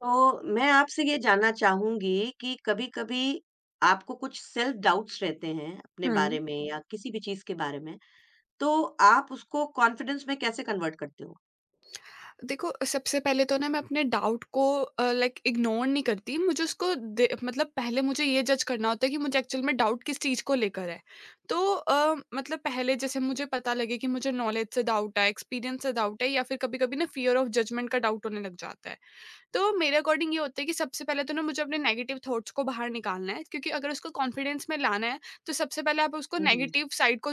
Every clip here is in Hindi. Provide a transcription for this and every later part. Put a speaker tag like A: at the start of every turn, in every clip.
A: तो मैं आपसे ये जानना चाहूँगी कि कभी-कभी आपको कुछ सेल्फ डाउट्स रहते हैं अपने
B: हुँ।
A: बारे में या किसी भी चीज़ के बारे में, तो आप उसको कॉन्फिडेंस में कैसे कन्वर्ट करते हो?
B: देखो, सबसे पहले तो ना मैं अपने डाउट को लाइक इग्नोर नहीं करती। मुझे उसको दे मतलब पहले मुझे ये जज करना होता है कि मुझे एक्चुअल में डाउट किस चीज़ को लेकर है। तो मतलब पहले जैसे मुझे पता लगे कि मुझे नॉलेज से डाउट है, एक्सपीरियंस से डाउट है या फिर कभी-कभी ना फ़ियर ऑफ जजमेंट का डाउट होने लग जाता है। तो मेरे अकॉर्डिंग ये होता है कि सबसे पहले तो ना मुझे अपने नेगेटिव थॉट्स को बाहर निकालना है, क्योंकि अगर उसको कॉन्फिडेंस में लाना है तो सबसे पहले आप उसको
A: हुँ, हुँ।
B: नेगेटिव साइड को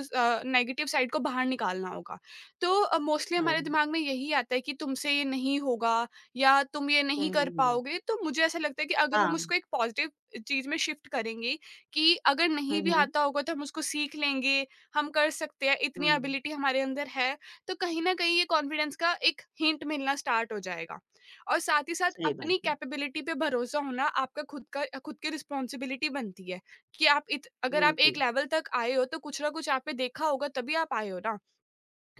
B: नेगेटिव साइड को बाहर निकालना होगा। तो मोस्टली हमारे
A: हुँ।
B: दिमाग में यही आता है कि तुमसे ये नहीं होगा या तुम ये
A: हुँ,
B: नहीं
A: हुँ,
B: कर
A: हुँ।
B: पाओगे। तो मुझे ऐसा लगता है कि अगर
A: हाँ।
B: हम उसको एक पॉजिटिव चीज में शिफ्ट करेंगे कि अगर
A: हुँ,
B: नहीं भी
A: हुँ।
B: आता होगा तो हम उसको सीख लेंगे, हम कर सकते हैं,
A: हुँ।
B: इतनी एबिलिटी हमारे अंदर है। तो कहीं ना कहीं ये कॉन्फिडेंस का एक हिंट मिलना स्टार्ट हो जाएगा। और साथ ही साथ
A: सही बात
B: अपनी
A: है।
B: कैपेबिलिटी पे भरोसा होना आपका खुद का, खुद की रिस्पॉन्सिबिलिटी बनती है कि आप अगर आप एक
A: बिल्कुल।
B: लेवल तक आए हो तो कुछ ना कुछ आप पे देखा होगा तभी आप आए हो ना।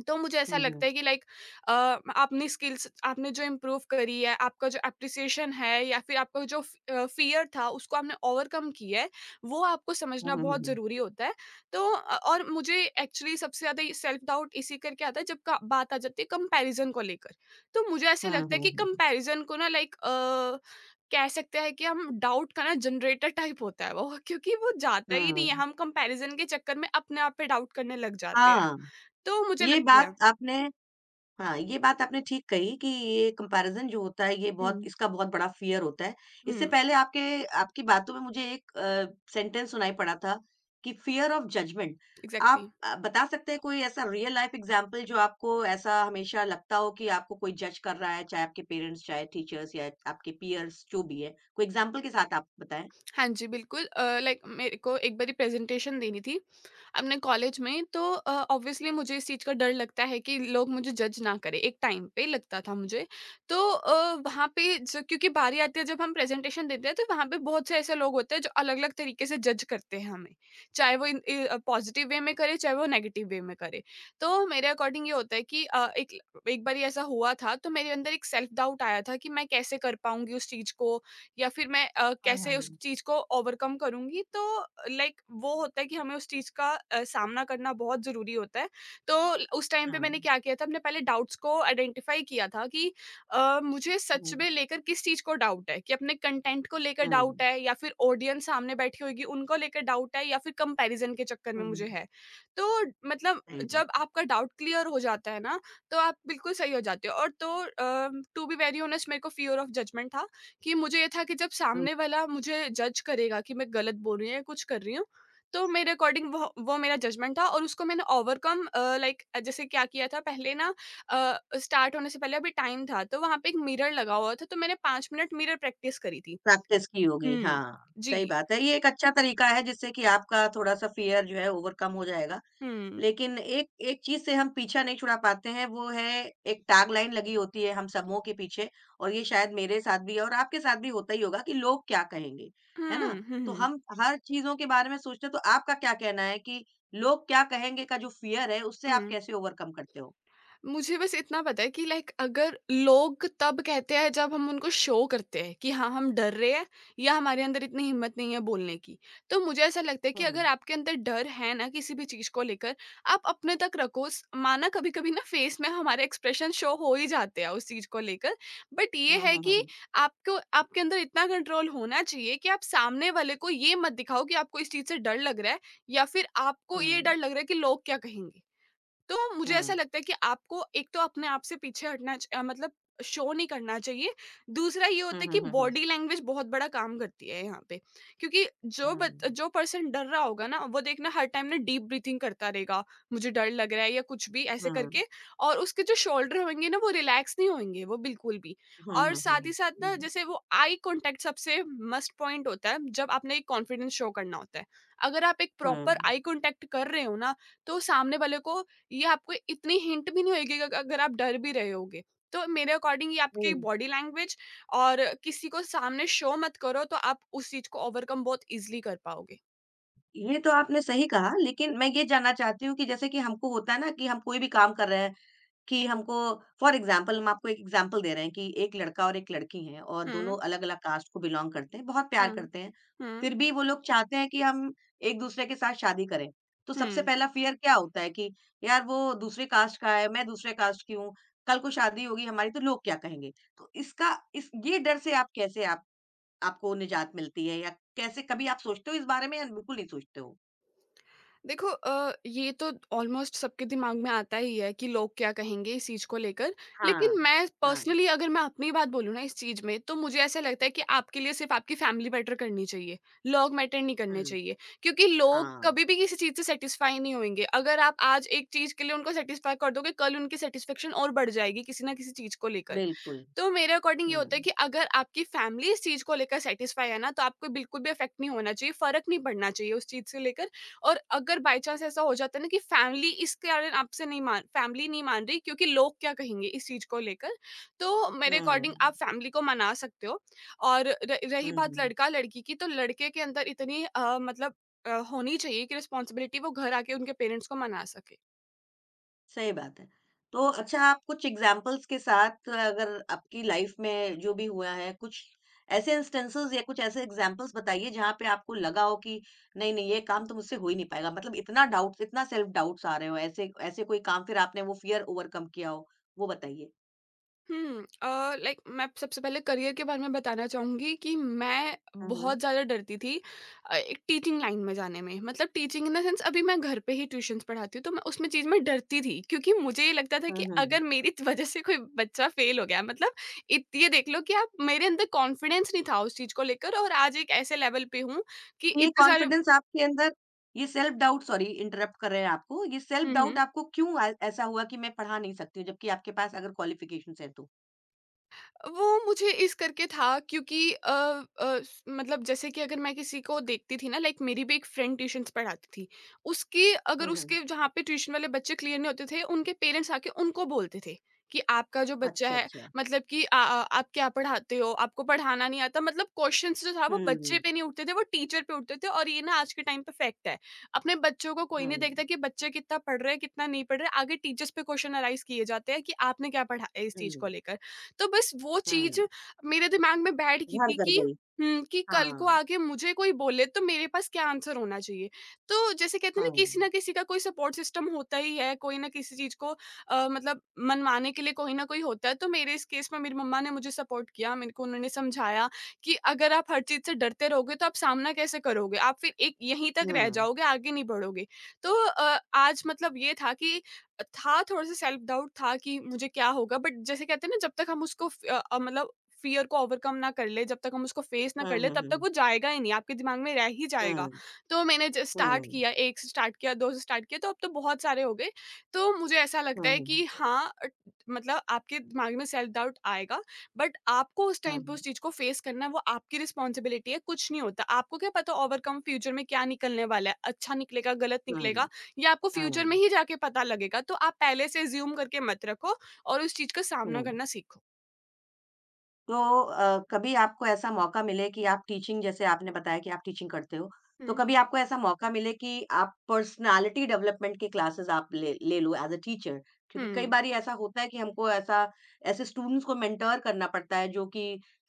B: तो मुझे ऐसा
A: हुँ,
B: लगता
A: हुँ।
B: है कि लाइक अ, आपने स्किल्स, आपने जो इम्प्रूव करी है, आपका जो अप्रिसिएशन है, या फिर आपका जो फियर था उसको आपने ओवरकम किया है, वो आपको
A: हुँ,
B: समझना
A: हुँ, हुँ,
B: बहुत
A: हुँ।
B: ज़रूरी होता है। तो और मुझे एक्चुअली सबसे ज़्यादा सेल्फ डाउट इसी करके आता है, जब बात आ जाती है कंपैरिजन को लेकर। तो मुझे ऐसे
A: हुँ, हुँ,
B: लगता है
A: हुँ,
B: कि
A: हुँ।
B: कंपैरिजन को ना, लाइक कह सकते हैं कि हम डाउट का ना, जनरेटर टाइप होता है वो क्योंकि वो जाता ही नहीं है,
A: हुँ।
B: हम कंपैरिजन के चक्कर में अपने आप पे डाउट करने लग जाते हैं।
A: हाँ,
B: तो मुझे
A: ये
B: लगता है।
A: बात आपने हाँ, ये बात आपने ठीक कही कि ये कंपैरिज़न जो होता है ये बहुत
B: हुँ।
A: इसका बहुत बड़ा फ़ियर होता है। इससे
B: हुँ,
A: पहले आपके आपकी बातों में मुझे एक सेंटेंस सुनाई पड़ा था कि फ़ियर ऑफ जजमेंट।
B: एग्ज़ैक्टली।
A: आप बता सकते हैं कोई ऐसा रियल लाइफ़ एग्ज़ाम्पल जो आपको ऐसा हमेशा लगता हो कि आपको कोई जज कर रहा है, चाहे आपके पेरेंट्स, चाहे टीचर्स या आपके पीयर्स जो भी है? कोई एग्ज़ाम्पल के साथ आप बताएँ?
B: हाँ जी, बिल्कुल लाइक मेरे को एक बारी प्रेज़ेंटेशन देनी थी अपने कॉलेज में। तो ऑब्वियसली मुझे इस चीज़ का डर लगता है कि लोग मुझे जज ना करें, एक टाइम पे लगता था मुझे। तो वहाँ पे ज क्योंकि बारी आती है जब हम प्रेज़ेंटेशन देते हैं, तो वहाँ पे बहुत से ऐसे लोग होते हैं जो अलग-अलग तरीके से जज करते हैं हमें। चाहे वो पॉज़िटिव वे में करे, चाहे वो नेगेटिव वे में करे। तो मेरे अकॉर्डिंग ये होता है कि एक एक बारी ऐसा हुआ था तो मेरे अंदर एक सेल्फ डाउट आया था कि मैं कैसे कर पाऊँगी उस चीज़ को, या फिर मैं
A: हाँ,
B: कैसे उस
A: हाँ,
B: चीज़ को ओवरकम करूँगी। तो लाइक वो होता है कि हमें उस चीज़ का सामना करना बहुत ज़रूरी होता है। तो ल उस टाइम पे मैंने
A: हाँ।
B: क्या किया था, अपने पहले डाउट्स को आइडेंटिफ़ाई किया था कि मुझे सच
A: हुँ,
B: में लेकर किस चीज़ को डाउट है, कि अपने कंटेंट को लेकर
A: हुँ,
B: डाउट है, या फिर ऑडियंस सामने बैठी होगी उनको लेकर डाउट है, या फिर कंपैरिज़न के चक्कर में
A: हुँ,
B: मुझे है। तो मतलब
A: सही बात।
B: जब आपका डाउट क्लियर हो जाता है ना, तो आप बिल्कुल सही हो जाते हो। और तो टू बी वेरी ऑनेस्ट मेरे को फियर ऑफ जजमेंट था कि मुझे ये था कि जब
A: हुँ।
B: सामने वाला मुझे जज करेगा कि मैं गलत बोल रही हूँ या कुछ कर रही हूँ, तो मेरे अकॉर्डिंग वो मेरा जजमेंट था, और उसको मैंने ओवरकम लाइक जैसे क्या किया था पहले ना, अ, स्टार्ट होने से पहले अभी टाइम था, तो वहाँ पे एक मिरर लगा हुआ था, तो मैंने 5 मिनट मिरर प्रैक्टिस करी थी।
A: प्रैक्टिस की होगी,
B: हुँ।
A: हाँ, सही
B: जी।
A: बात है। ये एक अच्छा तरीका है जिससे कि आपका थोड़ा-सा फ़ियर जो है ओवरकम हो जाएगा।
B: हुँ।
A: लेकिन एक एक चीज़ से हम पीछा नहीं छुड़ा पाते हैं वो है एक टैगलाइन लगी होती है हम सबों के पीछे और ये शायद मेरे साथ भी है और आपके साथ भी होता ही होगा कि लोग क्या कहेंगे, है ना?
B: हुँ, हुँ,
A: तो
B: हुँ।
A: हम हर चीज़ों के बारे में सोचते हैं तो आपका क्या कहना है कि लोग क्या कहेंगे का जो फ़ियर है उससे आप
B: हुँ।
A: कैसे ओवरकम करते हो?
B: मुझे बस इतना पता है कि लाइक अगर लोग तब कहते हैं जब हम उनको शो करते हैं कि हाँ हम डर रहे हैं, या हमारे अंदर इतनी हिम्मत नहीं है बोलने की। तो मुझे ऐसा लगता है कि
A: हुँ।
B: अगर आपके अंदर डर है ना, किसी भी चीज को लेकर, आप अपने तक रखो। माना कभी कभी ना फेस में हमारे एक्सप्रेशन शो हो ही जाते हैं उस चीज को लेकर, बट ये
A: हुँ,
B: है
A: हुँ, हुँ,
B: कि
A: हुँ।
B: आपको, आपके अंदर इतना कंट्रोल होना चाहिए कि आप सामने वाले को ये मत दिखाओ कि आपको इस चीज से डर लग रहा है, या फिर आपको
A: हुँ।
B: ये डर लग रहा है कि लोग क्या कहेंगे। तो मुझे ऐसा
A: हुँ।
B: लगता है कि आपको एक तो अपने आप से पीछे हटना मतलब शो नहीं करना चाहिए। दूसरा ये
A: हुँ,
B: होता है
A: हुँ,
B: कि
A: हुँ, हुँ।
B: बॉडी लैंग्वेज बहुत बड़ा काम करती है यहाँ पे, क्योंकि
A: हुँ।
B: जो पर्सन डर रहा होगा ना, वो देखना हर टाइम ना डीप ब्रीथिंग करता रहेगा, मुझे डर लग रहा है या कुछ भी ऐसे
A: हुँ,
B: करके, और उसके जो शोल्डर होंगे ना, वो रिलैक्स नहीं होंगे, वो बिल्कुल भी।
A: हुँ,
B: और
A: हुँ, हुँ।
B: साथ ही साथ ना,
A: हुँ।
B: जैसे वो आई कांटेक्ट सबसे मस्ट पॉइंट होता है जब आपने एक कॉन्फिडेंस शो करना होता है। अगर आप एक
A: हाँ,
B: प्रॉपर आई कांटेक्ट कर रहे हो ना, तो सामने वाले को ये, आपको इतनी हिंट भी नहीं होएगी अग अगर आप डर भी रहे होगे। तो मेरे अकॉर्डिंग ये आपकी
A: नहीं,
B: बॉडी लैंग्वेज, और किसी को सामने शो मत करो, तो आप उस चीज़ को ओवरकम बहुत ईज़िली कर पाओगे।
A: ये तो आपने सही कहा, लेकिन मैं ये जानना चाहती हूँ कि जैसे कि हमको होता है ना कि हम कोई भी काम कर रहे हैं, कि हमको फॉर एग्ज़ाम्पल हम आपको एक एग्ज़ाम्पल दे रहे हैं कि एक लड़का और एक लड़की हैं और
B: हुँ,
A: दोनों अलग-अलग कास्ट को बिलॉन्ग करते हैं, बहुत प्यार
B: हुँ,
A: करते हैं।
B: हुँ,
A: फिर भी वो लोग चाहते हैं कि हम एक-दूसरे के साथ शादी करें। तो सबसे
B: हुँ।
A: पहला फ़ियर क्या होता है कि यार वो दूसरे कास्ट का है, मैं दूसरे कास्ट की हूँ, कल को शादी होगी हमारी तो लोग क्या कहेंगे? तो इसका इस ये डर से आप कैसे आप आपको निजात मिलती है या कैसे कभी आप सोचते हो इस बारे में या बिल्कुल नहीं सोचते हो?
B: देखो ये तो ऑलमोस्ट सबके दिमाग में आता ही है कि लोग क्या कहेंगे इस चीज़ को लेकर।
A: हाँ।
B: लेकिन मैं
A: हाँ,
B: पर्सनली, अगर मैं अपनी बात बोलूँ ना इस चीज़ में, तो मुझे ऐसा लगता है कि आपके लिए सिर्फ़ आपकी फैमिली मैटर करनी चाहिए, लोग मैटर नहीं करने
A: हुँ,
B: चाहिए। क्योंकि लोग
A: हाँ,
B: कभी भी किसी चीज़ से सैटिस्फाई नहीं होंगे। अगर आप आज एक चीज़ के लिए उनको सैटिस्फाई कर दोगे, कल उनकी सैटिस्फैक्शन और बढ़ जाएगी किसी ना किसी चीज़ को लेकर।
A: बिल्कुल।
B: तो मेरे अकॉर्डिंग ये
A: हुँ,
B: होता है कि अगर आपकी फैमिली इस चीज़ को लेकर सैटिस्फाई है ना, तो आपको बिल्कुल भी अफ़ेक्ट नहीं होना चाहिए, फ़र्क नहीं पड़ना चाहिए उस चीज़ से लेकर। और अगर बाय चांस ऐसा हो जाता है ना कि फैमिली इस कारण आपसे नहीं मान, फैमिली नहीं मान रही क्योंकि लोग क्या कहेंगे इस चीज़ को लेकर, तो मेरे
A: हुँ,
B: अकॉर्डिंग
A: हुँ,
B: आप फैमिली को मना सकते हो। और र रही
A: हुँ,
B: बात
A: हुँ,
B: लड़का-लड़की की, तो लड़के के अंदर इतनी मतलब होनी चाहिए कि रिस्पॉन्सिबिलिटी वो घर आके उनके पेरेंट्स को मना सके।
A: सही बात है। तो अच्छा आप कुछ एग्ज़ाम्पल्स के साथ अगर आपकी लाइफ़ में जो भी हुआ है, कुछ ऐसे इंस्टेंसेस या कुछ ऐसे एग्ज़ाम्पल्स बताइए जहाँ पे आपको लगा हो कि नहीं, ये काम तो मुझसे हो ही नहीं पाएगा। मतलब इतना डाउट्स इतना सेल्फ डाउट्स आ रहे हो ऐसे ऐसे कोई काम फिर आपने वो फ़ियर ओवरकम किया हो, वो बताइए?
B: हुँ। लाइक मैं सबसे पहले करियर के बारे में बताना चाहूँगी कि मैं
A: हुँ, हुँ।
B: बहुत ज़्यादा डरती थी एक टीचिंग लाइन में जाने में। मतलब टीचिंग इन द सेंस, अभी मैं घर पे ही ट्यूशन्स पढ़ाती हूँ, तो मैं उसमें चीज़ में डरती थी क्योंकि मुझे ये लगता था
A: हुँ,
B: कि
A: हुँ।
B: अगर मेरी त वज़ह से कोई बच्चा फ़ेल हो गया, मतलब इत ये देख लो कि आप, मेरे अंदर कॉन्फिडेंस नहीं था उस चीज़ को लेकर, और आज एक ऐसे लेवल पे हूँ कि
A: ये
B: इतने सारे।
A: कॉन्फिडेंस आपके अंदर ये सेल्फ डाउट सॉरी इंटरप्ट कर रहे हैं आपको। ये सेल्फ
B: हुँ,
A: डाउट
B: हुँ।
A: आपको क्यों आ ऐसा हुआ कि मैं पढ़ा नहीं सकती हूँ जबकि आपके पास अगर क्वालिफ़िकेशंस हैं तो?
B: वो मुझे इस करके था, क्योंकि मतलब जैसे कि, अगर मैं किसी को देखती थी ना, लाइक मेरी भी एक फ्रेंड ट्यूशन्स पढ़ाती थी, उसके, अगर
A: हुँ, हुँ।
B: उसके जहाँ पे ट्यूशन वाले बच्चे क्लियर नहीं होते थे, उनके पेरेंट्स आके उनको बोलते थे कि आपका जो बच्चा
A: अच्छा,
B: है,
A: अच्छा।
B: मतलब कि आ, आ, आप क्या पढ़ाते हो, आपको पढ़ाना नहीं आता, मतलब क्वेश्चंस जो था, वो बच्चे
A: हुँ,
B: पे नहीं उठते थे, वो टीचर पे उठते थे। और ये ना, आज के टाइम पे फैक्ट है, अपने बच्चों को कोई
A: हुँ,
B: नहीं देखता कि बच्चे कितना पढ़ रहे हैं कितना नहीं पढ़ रहे, आगे टीचर्स पे क्वेश्चन अराइज किए जाते हैं कि आपने क्या पढ़ा है इस चीज
A: हुँ,
B: को लेकर। तो बस वो चीज़
A: हुँ।
B: मेरे दिमाग में बैठ गई
A: घर
B: थी
A: कर
B: कि
A: गई।
B: हुँ, कि कल को
A: हाँ,
B: आके मुझे कोई बोले तो मेरे पास क्या आंसर होना चाहिए। तो जैसे कहते हैं ना, किसी
A: हाँ।
B: न किसी का कोई सपोर्ट सिस्टम होता ही है, कोई ना किसी चीज़ को मतलब मनवाने के लिए कोई ना कोई होता है। तो मेरे इस केस में मेरी मम्मा ने मुझे सपोर्ट किया, मेरे को उन्होंने समझाया कि अगर आप हर चीज़ से डरते रहोगे तो आप सामना कैसे करोगे? आप फिर एक यहीं तक रह
A: हुँ।
B: जाओगे, आगे नहीं बढ़ोगे। तो आज मतलब ये था कि था थोड़ा-सा सेल्फ डाउट था कि मुझे क्या होगा? बट जैसे कहते हैं ना, जब तक हम उसको मतलब फ़ियर को ओवरकम ना कर ले, जब तक हम उसको फेस ना
A: हुँ,
B: कर ले,
A: हुँ,
B: तब
A: हुँ,
B: तक
A: हुँ।
B: वो जाएगा ही नहीं, आपके दिमाग में रह ही जाएगा।
A: हुँ,
B: तो मैंने ज स्टार्ट
A: हुँ,
B: किया, 1 से स्टार्ट किया, 2 से स्टार्ट किया, तो अब तो बहुत सारे हो गए। तो मुझे ऐसा लगता
A: हुँ,
B: है
A: हुँ,
B: कि हाँ मतलब आपके दिमाग में सेल्फ डाउट आएगा, बट आपको उस टाइम पे
A: हुँ,
B: उस चीज़ को फेस करना है, वो आपकी रिस्पॉन्सिबिलिटी है, कुछ नहीं होता। आपको क्या पता ओवरकम फ्यूचर में क्या निकलने वाला है, अच्छा निकलेगा, गलत
A: हुँ,
B: निकलेगा? ये आपको फ्यूचर में
A: हुँ,
B: ही जाके पता लगेगा, तो आप पहले से अज़्यूम करके मत रखो और उस चीज़ का सामना
A: हुँ।
B: करना सीखो।
A: तो कभी आपको ऐसा मौका मिले कि आप टीचिंग जैसे आपने बताया कि आप टीचिंग करते हो, तो
B: हुँ,
A: कभी आपको ऐसा मौका मिले कि आप पर्सनैलिटी डेवलपमेंट की क्लासेस आप ले ले लो एज़ अ टीचर? क्योंकि कई
B: हुँ,
A: बारी ऐसा होता है कि हमको ऐसा ऐसे स्टूडेंट्स को मेंटर करना पड़ता है जो कि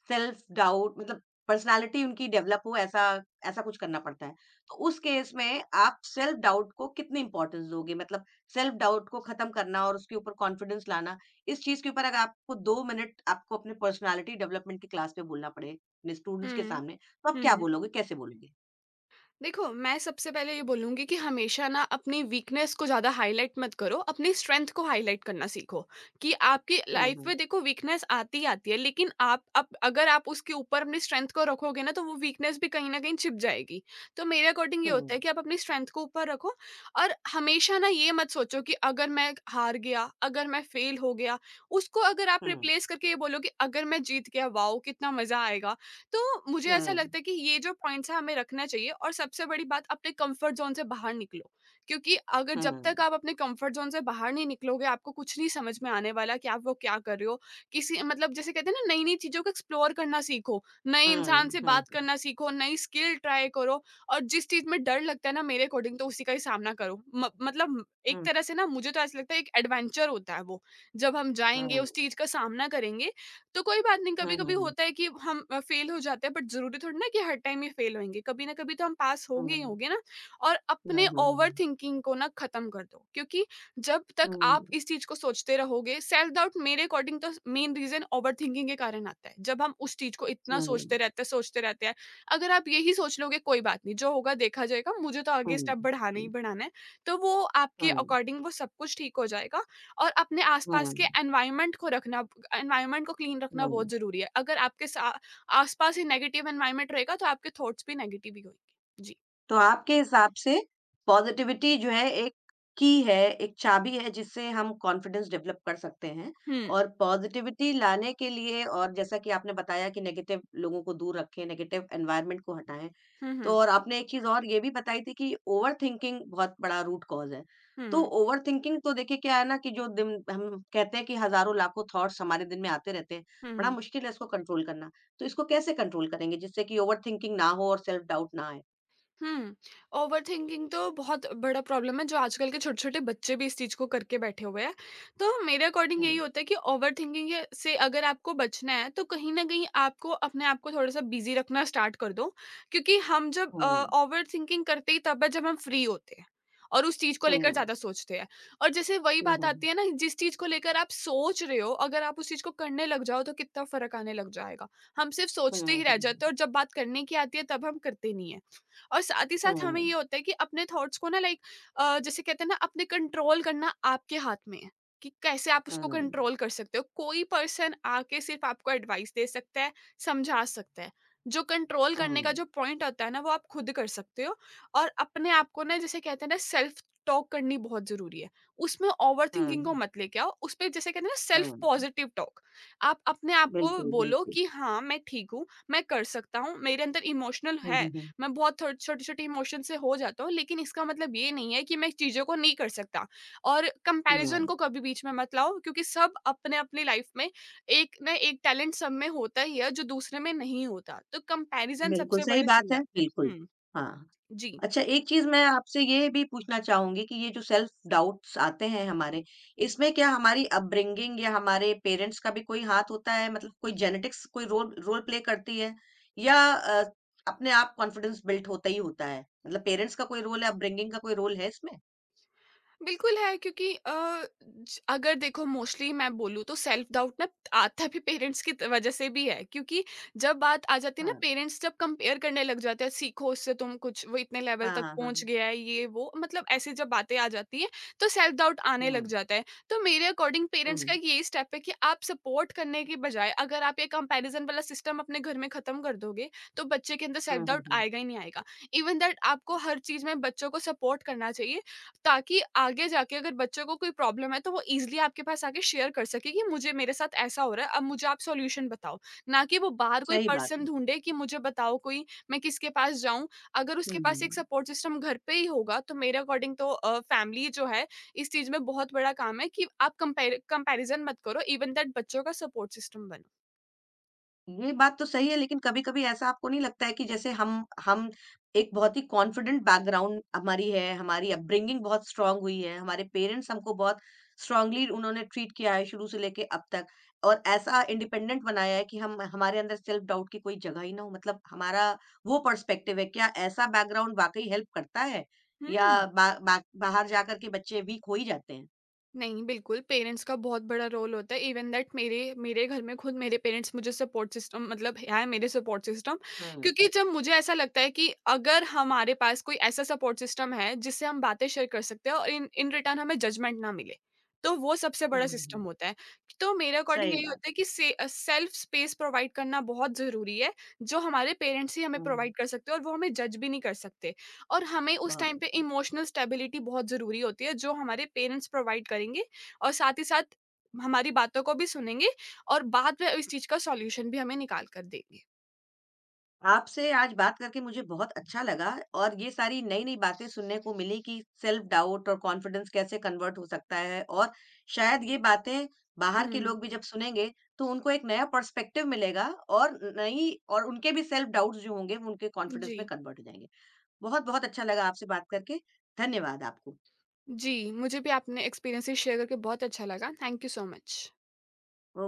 A: सेल्फ डाउट मतलब पर्सनैलिटी उनकी डेवलप हो ऐसा ऐसा कुछ करना पड़ता है। तो उस केस में आप सेल्फ डाउट को कितनी इम्पोर्टेंस दोगे? मतलब सेल्फ डाउट को खत्म करना और उसके ऊपर कॉन्फिडेंस लाना इस चीज़ के ऊपर अगर आपको 2 मिनट आपको अपने पर्सनैलिटी डेवलपमेंट की क्लास में बोलना पड़े, अपने स्टूडेंट्स के
B: हुँ,
A: सामने, तो आप क्या
B: हुँ।
A: बोलोगे, कैसे बोलोगे?
B: देखो, मैं सबसे पहले ये बोलूँगी कि हमेशा ना अपनी वीकनेस को ज़्यादा हाईलाइट मत करो, अपनी स्ट्रेंथ को हाईलाइट करना सीखो, कि आपकी
A: हुँ,
B: लाइफ
A: हुँ,
B: में देखो वीकनेस आती ही आती है, लेकिन आप अगर आप उसके ऊपर अपनी स्ट्रेंथ को रखोगे ना, तो वो वीकनेस भी कहीं न कहीं छिप जाएगी। तो मेरे अकॉर्डिंग ये
A: हुँ,
B: होता है कि आप अपनी स्ट्रेंथ को ऊपर रखो, और हमेशा ना ये मत सोचो कि अगर मैं हार गया, अगर मैं फ़ेल हो गया। उसको अगर आप
A: हुँ,
B: रिप्लेस करके ये बोलो कि अगर मैं जीत गया, वाओ! कितना मज़ा आएगा। तो मुझे ऐसा
A: हुँ,
B: लगता है कि ये जो पॉइंट्स है, हमें रखना चाहिए। और सबसे बड़ी बात, अपने कंफर्ट जोन से बाहर निकलो, क्योंकि अगर जब तक
A: हुँ,
B: आप अपने कंफर्ट जोन से बाहर नहीं निकलोगे, आपको कुछ नहीं समझ में आने वाला कि आप वो क्या कर रहे हो। किसी मतलब, जैसे कहते हैं ना, नई नई चीजों को एक्सप्लोर करना सीखो, नए
A: हुँ,
B: इंसान से
A: हुँ,
B: बात
A: हुँ,
B: करना सीखो, नई स्किल ट्राई करो। और जिस चीज में डर लगता है ना, मेरे अकॉर्डिंग तो उसी का ही सामना करो। मतलब एक
A: हुँ,
B: तरह से ना, मुझे तो ऐसा लगता है एक एडवेंचर होता है वो। जब हम
A: हुँ,
B: जाएंगे,
A: हुँ,
B: उस चीज का सामना करेंगे, तो कोई बात नहीं।
A: हुँ,
B: कभी-कभी
A: हुँ,
B: होता है कि हम फेल हो जाते हैं, बट ज़रूरी थोड़ी ना कि हर टाइम ही फेल होंगे। कभी ना कभी तो हम पास
A: हुँ,
B: होंगे ही
A: हुँ,
B: होंगे ना। और अपने ओवर
A: हुँ,
B: थिंकिंग को ना ख़त्म कर दो, क्योंकि जब तक आप
A: हुँ,
B: इस चीज़ को सोचते रहोगे, सेल्फ डाउट, मेरे अकॉर्डिंग तो मेन रीज़न ओवर थिंकिंग के कारण आता है। जब हम उस चीज़ को इतना सोचते रहते हैं, सोचते रहते हैं। अगर आप यही सोच लोगे कोई बात नहीं, जो होगा देखा जाएगा, मुझे तो आगे
A: हुँ,
B: स्टेप बढ़ाना ही बढ़ाना है, तो वो आपके
A: हुँ,
B: अकॉर्डिंग वो सब कुछ ठीक हो जाएगा। और अपने
A: हुँ,
B: आसपास के एनवायरनमेंट को रखना, एनवायरनमेंट को क्लीन रखना
A: हुँ।
B: बहुत ज़रूरी है। अगर आपके सा आसपास ही नेगेटिव एनवायरनमेंट रहेगा, तो आपके थॉट्स भी नेगेटिव ही होंगे। जी।
A: तो आपके हिसाब से पॉज़िटिविटी जो है एक की है, एक चाबी है जिससे हम कॉन्फिडेंस डेवलप कर सकते हैं
B: हुँ।
A: और पॉज़िटिविटी लाने के लिए और जैसा कि आपने बताया कि नेगेटिव लोगों को दूर रखें, नेगेटिव एनवायरनमेंट को हटाएँ।
B: हुँ,
A: तो
B: हुँ।
A: और आपने एक चीज़ और ये भी बताई थी कि ओवरथिंकिंग बहुत बड़ा रूट कॉज़ है। तो
B: हुँ,
A: ओवरथिंकिंग तो देखिए क्या है ना कि जो दिन हम कहते हैं कि हज़ारों लाखों थॉट्स हमारे दिन में आते रहते हैं, बड़ा
B: हुँ।
A: मुश्किल है इसको कंट्रोल करना। तो इसको कैसे कंट्रोल करेंगे जिससे कि ओवरथिंकिंग ना हो और सेल्फ डाउट ना आए?
B: हुँ। ओवरथिंकिंग तो बहुत बड़ा प्रॉब्लम है, जो आजकल के छोटे-छोटे बच्चे भी इस चीज़ को करके बैठे हुए हैं। तो मेरे अकॉर्डिंग यही होता है कि ओवरथिंकिंग ये से अगर आपको बचना है, तो कहीं न कहीं आपको अपने आप को थोड़ा-सा बिज़ी रखना स्टार्ट कर दो। क्योंकि हम जब
A: हुँ।
B: ओवरथिंकिंग करते ही तब है, जब हम फ्री होते हैं और उस चीज़ को लेकर
A: हुँ।
B: ज़्यादा सोचते हैं। और जैसे वही
A: हुँ,
B: बात
A: हुँ, हुँ।
B: आती है ना, जिस चीज़ को लेकर आप सोच रहे हो, अगर आप उस चीज़ को करने लग जाओ, तो कितना फ़र्क आने लग जाएगा। हम सिर्फ़
A: हुँ,
B: सोचते
A: हुँ,
B: ही रह
A: हुँ।
B: जाते हैं, और जब बात करने की आती है, तब हम करते नहीं हैं। और साथ ही साथ हमें
A: हुँ,
B: ये होता है कि अपने थॉट्स को ना, लाइक जैसे कहते हैं ना, अपने कंट्रोल करना आपके हाथ में है कि कैसे आप उसको
A: हुँ,
B: कंट्रोल कर सकते हो। कोई पर्सन आके सिर्फ आपको एडवाइस दे सकता है, समझा सकता है। जो कंट्रोल करने
A: हुँ,
B: का जो पॉइंट होता है ना, वो आप खुद कर सकते हो। और अपने आप को ना, जैसे कहते हैं ना, सेल्फ टॉक करनी बहुत जरूरी है। उसमें ओवर थिंकिंग को
A: हुँ,
B: मत लेके आओ। उस पर जैसे कहते हैं ना, सेल्फ
A: हुँ।
B: Positive talk. आप अपने आप को
A: बिल्कुल,
B: बोलो
A: बिल्कुल।
B: कि हाँ, मैं ठीक हूँ, मैं कर सकता हूँ। मेरे अंदर इमोशनल
A: हुँ,
B: है,
A: हुँ, हुँ।
B: मैं बहुत थोड़ छोटे-छोटे इमोशन से हो जाता हूँ, लेकिन इसका मतलब ये नहीं है कि मैं चीज़ों को नहीं कर सकता। और कंपैरिज़न
A: हुँ,
B: को कभी बीच में मत लाओ, क्योंकि सब अपने-अपने लाइफ में एक ना एक टैलेंट सब में होता ही है, जो दूसरे में नहीं होता। तो कंपैरिज़न
A: बिल्कुल
B: सबसे
A: सही
B: बड़ी
A: बात
B: चीज़
A: है,
B: है।
A: बिल्कुल।
B: हुँ,
A: हाँ।
B: जी।
A: अच्छा एक चीज़ मैं आपसे ये भी पूछना चाहूँगी कि ये जो सेल्फ डाउट्स आते हैं हमारे, इसमें क्या हमारी अपब्रिंगिंग या हमारे पेरेंट्स का भी कोई हाथ होता है? मतलब कोई जेनेटिक्स कोई रोल रोल प्ले करती है? या अपने आप कॉन्फिडेंस बिल्ट होता ही होता है? मतलब पेरेंट्स का कोई रोल है, अपब्रिंगिंग का कोई रोल है इसमें?
B: बिल्कुल है, क्योंकि अगर देखो, मोस्टली मैं बोलूँ तो सेल्फ डाउट ना आता भी पेरेंट्स की वजह से भी है, क्योंकि जब बात आ जाती है ना,
A: हाँ।
B: पेरेंट्स जब कंपेयर करने लग जाते हैं, सीखो उससे, तुम कुछ, वो इतने लेवल
A: हाँ,
B: तक
A: हाँ, हाँ,
B: पहुंच
A: हाँ।
B: गया है, ये वो, मतलब ऐसी जब बातें आ जाती है, तो सेल्फ डाउट
A: हुँ,
B: आने लग
A: हुँ।
B: जाता है। तो मेरे अकॉर्डिंग पेरेंट्स का एक यही स्टेप है कि आप सपोर्ट करने के बजाय अगर आप ये कंपेरिजन वाला सिस्टम अपने घर में खत्म कर दोगे, तो बच्चे के अंदर
A: हुँ,
B: सेल्फ
A: हुँ,
B: डाउट
A: हुँ।
B: आएगा ही नहीं आएगा। इवन दैट आपको हर चीज में बच्चों को सपोर्ट करना चाहिए, ताकि आगे जाके अगर बच्चों को कोई प्रॉब्लम है, तो वो ईज़िली आपके पास आके शेयर कर सके कि मुझे, मेरे साथ ऐसा हो रहा है, अब मुझे आप सॉल्यूशन बताओ। ना कि वो बाहर कोई
A: सही बात
B: पर्सन
A: है।
B: ढूँढे कि मुझे बताओ, कोई, मैं किसके पास जाऊँ। अगर उसके पास एक
A: हुँ।
B: सपोर्ट सिस्टम घर पे ही होगा, तो मेरे अकॉर्डिंग तो फैमिली जो है, इस चीज़ में बहुत बड़ा काम है कि आप कंपेयर कंपैरिज़न मत करो, इवन दैट बच्चों का सपोर्ट सिस्टम बनो।
A: ये बात तो सही है लेकिन कभी-कभी ऐसा आपको नहीं लगता है कि जैसे हम एक बहुत ही कॉन्फिडेंट बैकग्राउंड हमारी है, हमारी अपब्रिंगिंग बहुत स्ट्रॉन्ग हुई है, हमारे पेरेंट्स हमको बहुत स्ट्रॉन्गली उन्होंने ट्रीट किया है शुरू से लेके अब तक और ऐसा इंडिपेंडेंट बनाया है कि हम हमारे अंदर सेल्फ डाउट की कोई जगह ही ना हो मतलब हमारा वो पर्सपेक्टिव है। क्या ऐसा बैकग्राउंड वाक़ई हेल्प करता है या
B: हुँ।
A: बा बा बाहर जा कर के बच्चे वीक हो ही जाते हैं?
B: नहीं, बिल्कुल, पेरेंट्स का बहुत बड़ा रोल होता है। इवन दैट मेरे मेरे घर में खुद मेरे पेरेंट्स मुझे सपोर्ट सिस्टम, मतलब है मेरे सपोर्ट सिस्टम।
A: हुँ।
B: क्योंकि जब मुझे ऐसा लगता है कि अगर हमारे पास कोई ऐसा सपोर्ट सिस्टम है, जिससे हम बातें शेयर कर सकते हैं और इन इन रिटर्न हमें जजमेंट ना मिले, तो वो सबसे
A: हाँ,
B: बड़ा
A: हाँ, हाँ।
B: सिस्टम होता है। तो मेरे अकॉर्डिंग
A: सही
B: यही
A: बात
B: होता है कि सेल्फ स्पेस प्रोवाइड करना बहुत ज़रूरी है, जो हमारे पेरेंट्स ही हमें
A: है। हाँ,
B: प्रोवाइड कर सकते हैं, और वो हमें जज भी नहीं कर सकते। और हमें उस
A: बहुत
B: टाइम पे
A: अच्छा।
B: इमोशनल स्टेबिलिटी बहुत ज़रूरी होती है, जो हमारे पेरेंट्स प्रोवाइड करेंगे, और साथ ही साथ हमारी बातों को भी सुनेंगे, और बाद में इस चीज़ का सॉल्यूशन भी हमें निकाल कर देंगे।
A: आपसे आज बात करके मुझे बहुत अच्छा लगा और ये सारी नई-नई बातें सुनने को मिली कि सेल्फ डाउट और कॉन्फिडेंस कैसे कन्वर्ट हो सकता है और शायद ये बातें बाहर के
B: हुँ,
A: लोग भी जब सुनेंगे तो उनको एक नया पर्सपेक्टिव मिलेगा और नई और उनके भी सेल्फ डाउट्स जो होंगे वो उनके कॉन्फिडेंस
B: जी।
A: में कन्वर्ट हो जाएँगे। बहुत-बहुत अच्छा लगा आपसे बात करके। धन्यवाद आपको।
B: जी, मुझे भी आपने एक्सपीरियंसेस शेयर करके बहुत अच्छा लगा। Thank you so much.